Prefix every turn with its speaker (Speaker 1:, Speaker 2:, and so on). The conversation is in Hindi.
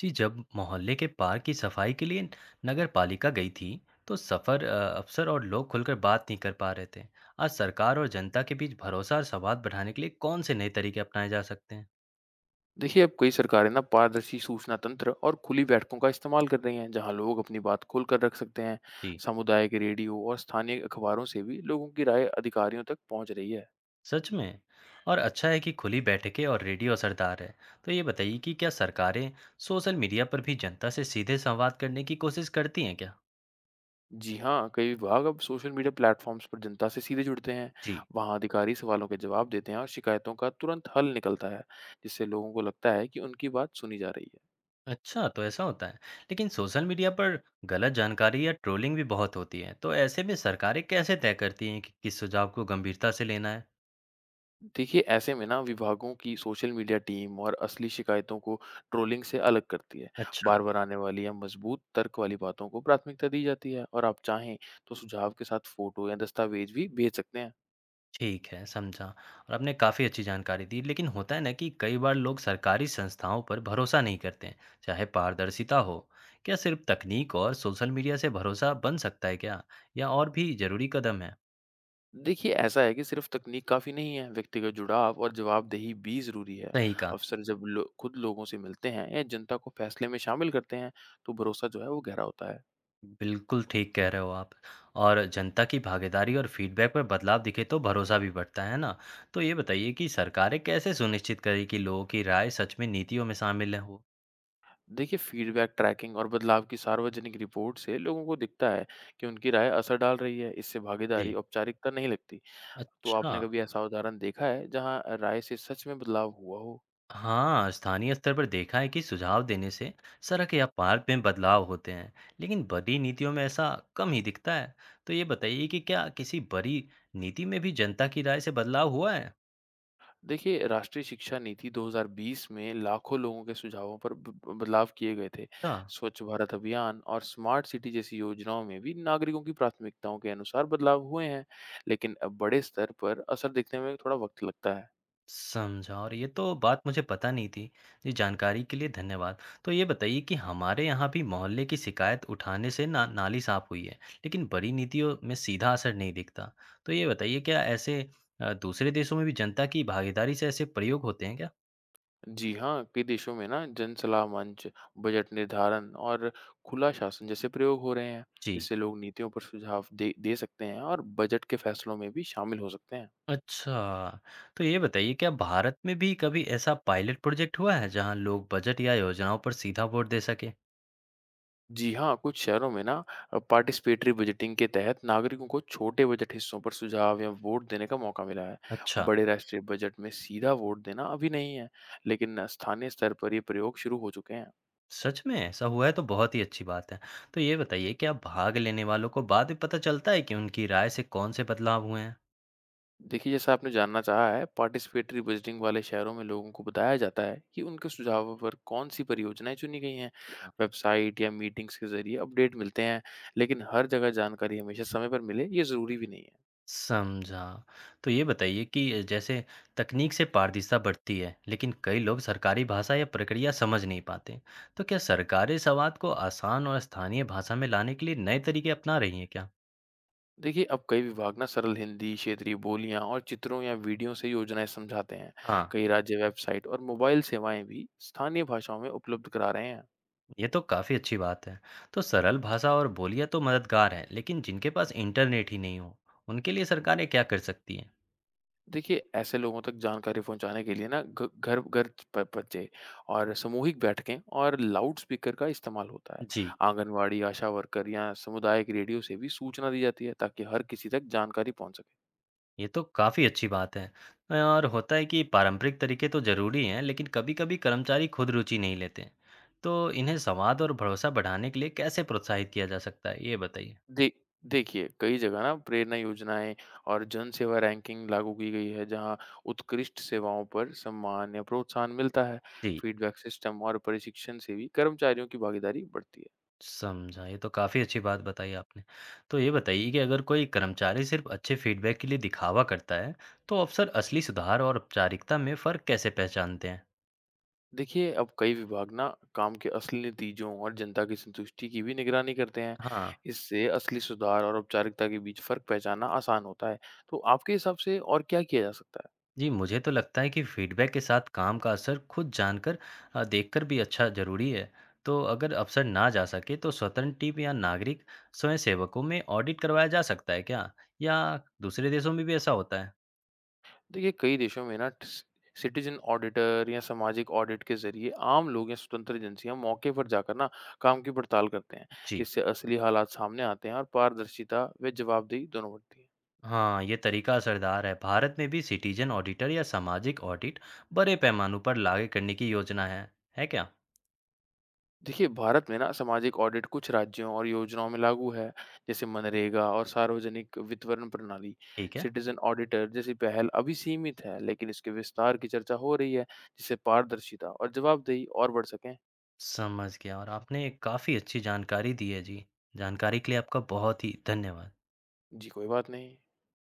Speaker 1: जी। जब मोहल्ले के पार्क की सफाई के लिए नगर पालिका गई थी तो अफसर और लोग खुलकर बात नहीं कर पा रहे थे। आज सरकार और जनता के बीच भरोसा और संवाद बढ़ाने के लिए कौन से नए तरीके अपनाए जा सकते हैं?
Speaker 2: देखिए अब कई सरकारें ना पारदर्शी सूचना तंत्र और खुली बैठकों का इस्तेमाल कर रही हैं, जहां लोग अपनी बात खोल कर रख सकते हैं।
Speaker 1: जी।
Speaker 2: समुदाय के रेडियो और स्थानीय अखबारों से भी लोगों की राय अधिकारियों तक पहुंच रही है।
Speaker 1: सच में? और अच्छा है कि खुली बैठकें और रेडियो असरदार है तो ये बताइए कि क्या सरकारें सोशल मीडिया पर भी जनता से सीधे संवाद करने की कोशिश करती हैं क्या?
Speaker 2: जी हाँ, कई विभाग अब सोशल मीडिया प्लेटफॉर्म्स पर जनता से सीधे जुड़ते हैं।
Speaker 1: जी।
Speaker 2: वहां अधिकारी सवालों के जवाब देते हैं और शिकायतों का तुरंत हल निकलता है, जिससे लोगों को लगता है कि उनकी बात सुनी जा रही है।
Speaker 1: अच्छा, तो ऐसा होता है। लेकिन सोशल मीडिया पर गलत जानकारी या ट्रोलिंग भी बहुत होती है, तो ऐसे में सरकारें कैसे तय करती हैं कि किस सुझाव को गंभीरता से लेना है?
Speaker 2: देखिए ऐसे में ना विभागों की सोशल मीडिया टीम और असली शिकायतों को ट्रोलिंग से अलग करती है।
Speaker 1: अच्छा।
Speaker 2: बार बार आने वाली या मजबूत तर्क वाली बातों को प्राथमिकता दी जाती है, और आप चाहें तो सुझाव के साथ फोटो या दस्तावेज भी भेज सकते हैं।
Speaker 1: ठीक है, समझा। और आपने काफ़ी अच्छी जानकारी दी, लेकिन होता है ना कि कई बार लोग सरकारी संस्थाओं पर भरोसा नहीं करते हैं, चाहे पारदर्शिता हो। क्या सिर्फ तकनीक और सोशल मीडिया से भरोसा बन सकता है क्या? या और भी ज़रूरी कदम है?
Speaker 2: देखिए ऐसा है कि सिर्फ तकनीक काफ़ी नहीं है, व्यक्तिगत जुड़ाव और जवाबदेही भी ज़रूरी है।
Speaker 1: सही कहा।
Speaker 2: अफसर खुद लोगों से मिलते हैं या जनता को फैसले में शामिल करते हैं, तो भरोसा जो है वो गहरा होता है।
Speaker 1: बिल्कुल ठीक कह रहे हो आप। और जनता की भागीदारी और फीडबैक पर बदलाव दिखे तो भरोसा भी बढ़ता है ना। तो ये बताइए कि सरकारें कैसे सुनिश्चित करें कि लोगों की राय सच में नीतियों में शामिल हो।
Speaker 2: देखिए फीडबैक ट्रैकिंग और बदलाव की सार्वजनिक रिपोर्ट से लोगों को दिखता है कि उनकी राय असर डाल रही है। इससे भागीदारी
Speaker 1: जी।
Speaker 2: औपचारिकता नहीं लगती। तो
Speaker 1: अच्छा।
Speaker 2: आपने कभी ऐसा उदाहरण देखा है जहां राय से सच में बदलाव हुआ हो?
Speaker 1: हाँ, स्थानीय स्तर पर देखा है कि सुझाव देने से सड़क या पार्क में बदलाव होते हैं, लेकिन बड़ी नीतियों में ऐसा कम ही दिखता है। तो ये बताइए कि क्या किसी बड़ी नीति में भी जनता की राय से बदलाव हुआ है?
Speaker 2: देखिए राष्ट्रीय शिक्षा नीति 2020 में लाखों लोगों के सुझावों पर बदलाव किए गए थे।
Speaker 1: अच्छा।
Speaker 2: स्वच्छ भारत अभियान और स्मार्ट सिटी जैसी योजनाओं में भी नागरिकों की प्राथमिकताओं के अनुसार बदलाव हुए हैं। लेकिन अब बड़े स्तर पर असर दिखने में थोड़ा वक्त लगता है।
Speaker 1: समझा और ये तो बात मुझे पता नहीं थी। ये जानकारी के लिए धन्यवाद। तो ये बताइए कि हमारे यहाँ भी मोहल्ले की शिकायत उठाने से ना नाली साफ हुई है, लेकिन बड़ी नीतियों में सीधा असर नहीं दिखता। तो ये बताइए, क्या ऐसे दूसरे देशों में भी जनता की भागीदारी से ऐसे प्रयोग होते हैं क्या?
Speaker 2: जी हाँ, कई देशों में ना जन सलाह मंच, बजट निर्धारण और खुला शासन जैसे प्रयोग हो रहे हैं।
Speaker 1: जी।
Speaker 2: इससे लोग नीतियों पर सुझाव दे दे सकते हैं और बजट के फैसलों में भी शामिल हो सकते हैं।
Speaker 1: अच्छा, तो ये बताइए क्या भारत में भी कभी ऐसा पायलट प्रोजेक्ट हुआ है जहाँ लोग बजट या योजनाओं पर सीधा वोट दे सके?
Speaker 2: जी हाँ, कुछ शहरों में ना पार्टिसिपेटरी बजटिंग के तहत नागरिकों को छोटे बजट हिस्सों पर सुझाव या वोट देने का मौका मिला है।
Speaker 1: अच्छा।
Speaker 2: बड़े राष्ट्रीय बजट में सीधा वोट देना अभी नहीं है, लेकिन स्थानीय स्तर पर ये प्रयोग शुरू हो चुके हैं।
Speaker 1: सच में ऐसा हुआ है तो बहुत ही अच्छी बात है। तो ये बताइए, क्या भाग लेने वालों को बाद में पता चलता है कि उनकी राय से कौन से बदलाव हुए हैं?
Speaker 2: देखिए, जैसा आपने जानना चाहा है, पार्टिसिपेटरी बजटिंग वाले शहरों में लोगों को बताया जाता है कि उनके सुझावों पर कौन-सी परियोजनाएँ चुनी गई हैं।
Speaker 1: हाँ।
Speaker 2: वेबसाइट या मीटिंग्स के ज़रिए अपडेट मिलते हैं, लेकिन हर जगह जानकारी हमेशा समय पर मिले, ये ज़रूरी भी नहीं है।
Speaker 1: समझा। तो ये बताइए कि जैसे तकनीक से पारदर्शिता बढ़ती है, लेकिन कई लोग सरकारी भाषा या प्रक्रिया समझ नहीं पाते। तो क्या सरकारें संवाद को आसान और स्थानीय भाषा में लाने के लिए नए तरीके अपना रही हैं क्या?
Speaker 2: देखिए, अब कई विभाग ना सरल हिंदी, क्षेत्रीय बोलियाँ और चित्रों या वीडियो से योजनाएँ समझाते हैं।
Speaker 1: हाँ।
Speaker 2: कई राज्य वेबसाइट और मोबाइल सेवाएँ भी स्थानीय भाषाओं में उपलब्ध करा रहे हैं।
Speaker 1: ये तो काफ़ी अच्छी बात है। तो सरल भाषा और बोलियां तो मददगार है, लेकिन जिनके पास इंटरनेट ही नहीं हो, उनके लिए सरकारें क्या कर सकती हैं?
Speaker 2: देखिए, ऐसे लोगों तक जानकारी पहुँचाने के लिए ना घ घर घर प बच्चे और सामूहिक बैठकें और लाउड स्पीकर का इस्तेमाल होता है।
Speaker 1: जी।
Speaker 2: आंगनवाड़ी, आशा वर्कर या सामुदायिक रेडियो से भी सूचना दी जाती है, ताकि हर किसी तक जानकारी पहुँच सके।
Speaker 1: ये तो काफ़ी अच्छी बात है। और होता है कि पारंपरिक तरीके तो ज़रूरी हैं, लेकिन कभी-कभी कर्मचारी खुद रुचि नहीं लेते। तो इन्हें संवाद और भरोसा बढ़ाने के लिए कैसे प्रोत्साहित किया जा सकता है? ये बताइए।
Speaker 2: दे देखिए, कई जगह ना प्रेरणा योजनाएँ और जन सेवा रैंकिंग लागू की गई है, जहाँ उत्कृष्ट सेवाओं पर सम्मान या प्रोत्साहन मिलता है।
Speaker 1: जी।
Speaker 2: फीडबैक सिस्टम और प्रशिक्षण से भी कर्मचारियों की भागीदारी बढ़ती है।
Speaker 1: समझा, ये तो काफ़ी अच्छी बात बताई आपने। तो ये बताइए कि अगर कोई कर्मचारी सिर्फ अच्छे फीडबैक के लिए दिखावा करता है, तो अफसर असली सुधार और औपचारिकता में फ़र्क कैसे पहचानते हैं?
Speaker 2: देखिए, अब कई विभाग ना काम के असली नतीजों और जनता की संतुष्टि की भी निगरानी करते हैं।
Speaker 1: हाँ।
Speaker 2: इससे असली सुधार और औपचारिकता के बीच फ़र्क पहचानना आसान होता है। तो आपके हिसाब से और क्या किया जा सकता है?
Speaker 1: जी, मुझे तो लगता है कि फीडबैक के साथ काम का असर खुद जानकर देखकर भी अच्छा ज़रूरी है। तो अगर अफसर ना जा सके तो स्वतंत्र टीम या नागरिक स्वयंसेवकों में ऑडिट करवाया जा सकता है क्या? या दूसरे देशों में भी ऐसा होता है?
Speaker 2: देखिए, कई देशों में ना स सिटिज़न ऑडिटर या सामाजिक ऑडिट के ज़रिए आम लोग या स्वतंत्र एजेंसियाँ मौके पर जाकर ना काम की पड़ताल करते हैं।
Speaker 1: जी।
Speaker 2: इससे असली हालात सामने आते हैं और पारदर्शिता व जवाबदेही दोनों बढ़ती है।
Speaker 1: हाँ, ये तरीका असरदार है। भारत में भी सिटीजन ऑडिटर या सामाजिक ऑडिट बड़े पैमाने पर लागू करने की योजना है क्या?
Speaker 2: देखिए, भारत में ना सामाजिक ऑडिट कुछ राज्यों और योजनाओं में लागू है, जैसे मनरेगा और सार्वजनिक वितरण प्रणाली।
Speaker 1: ठीक है।
Speaker 2: सिटीजन ऑडिटर जैसी पहल अभी सीमित है, लेकिन इसके विस्तार की चर्चा हो रही है, जिससे पारदर्शिता और जवाबदेही और बढ़ सकें।
Speaker 1: समझ गया और आपने काफ़ी अच्छी जानकारी दी है जी। जानकारी के लिए आपका बहुत ही धन्यवाद।
Speaker 2: जी, कोई बात नहीं।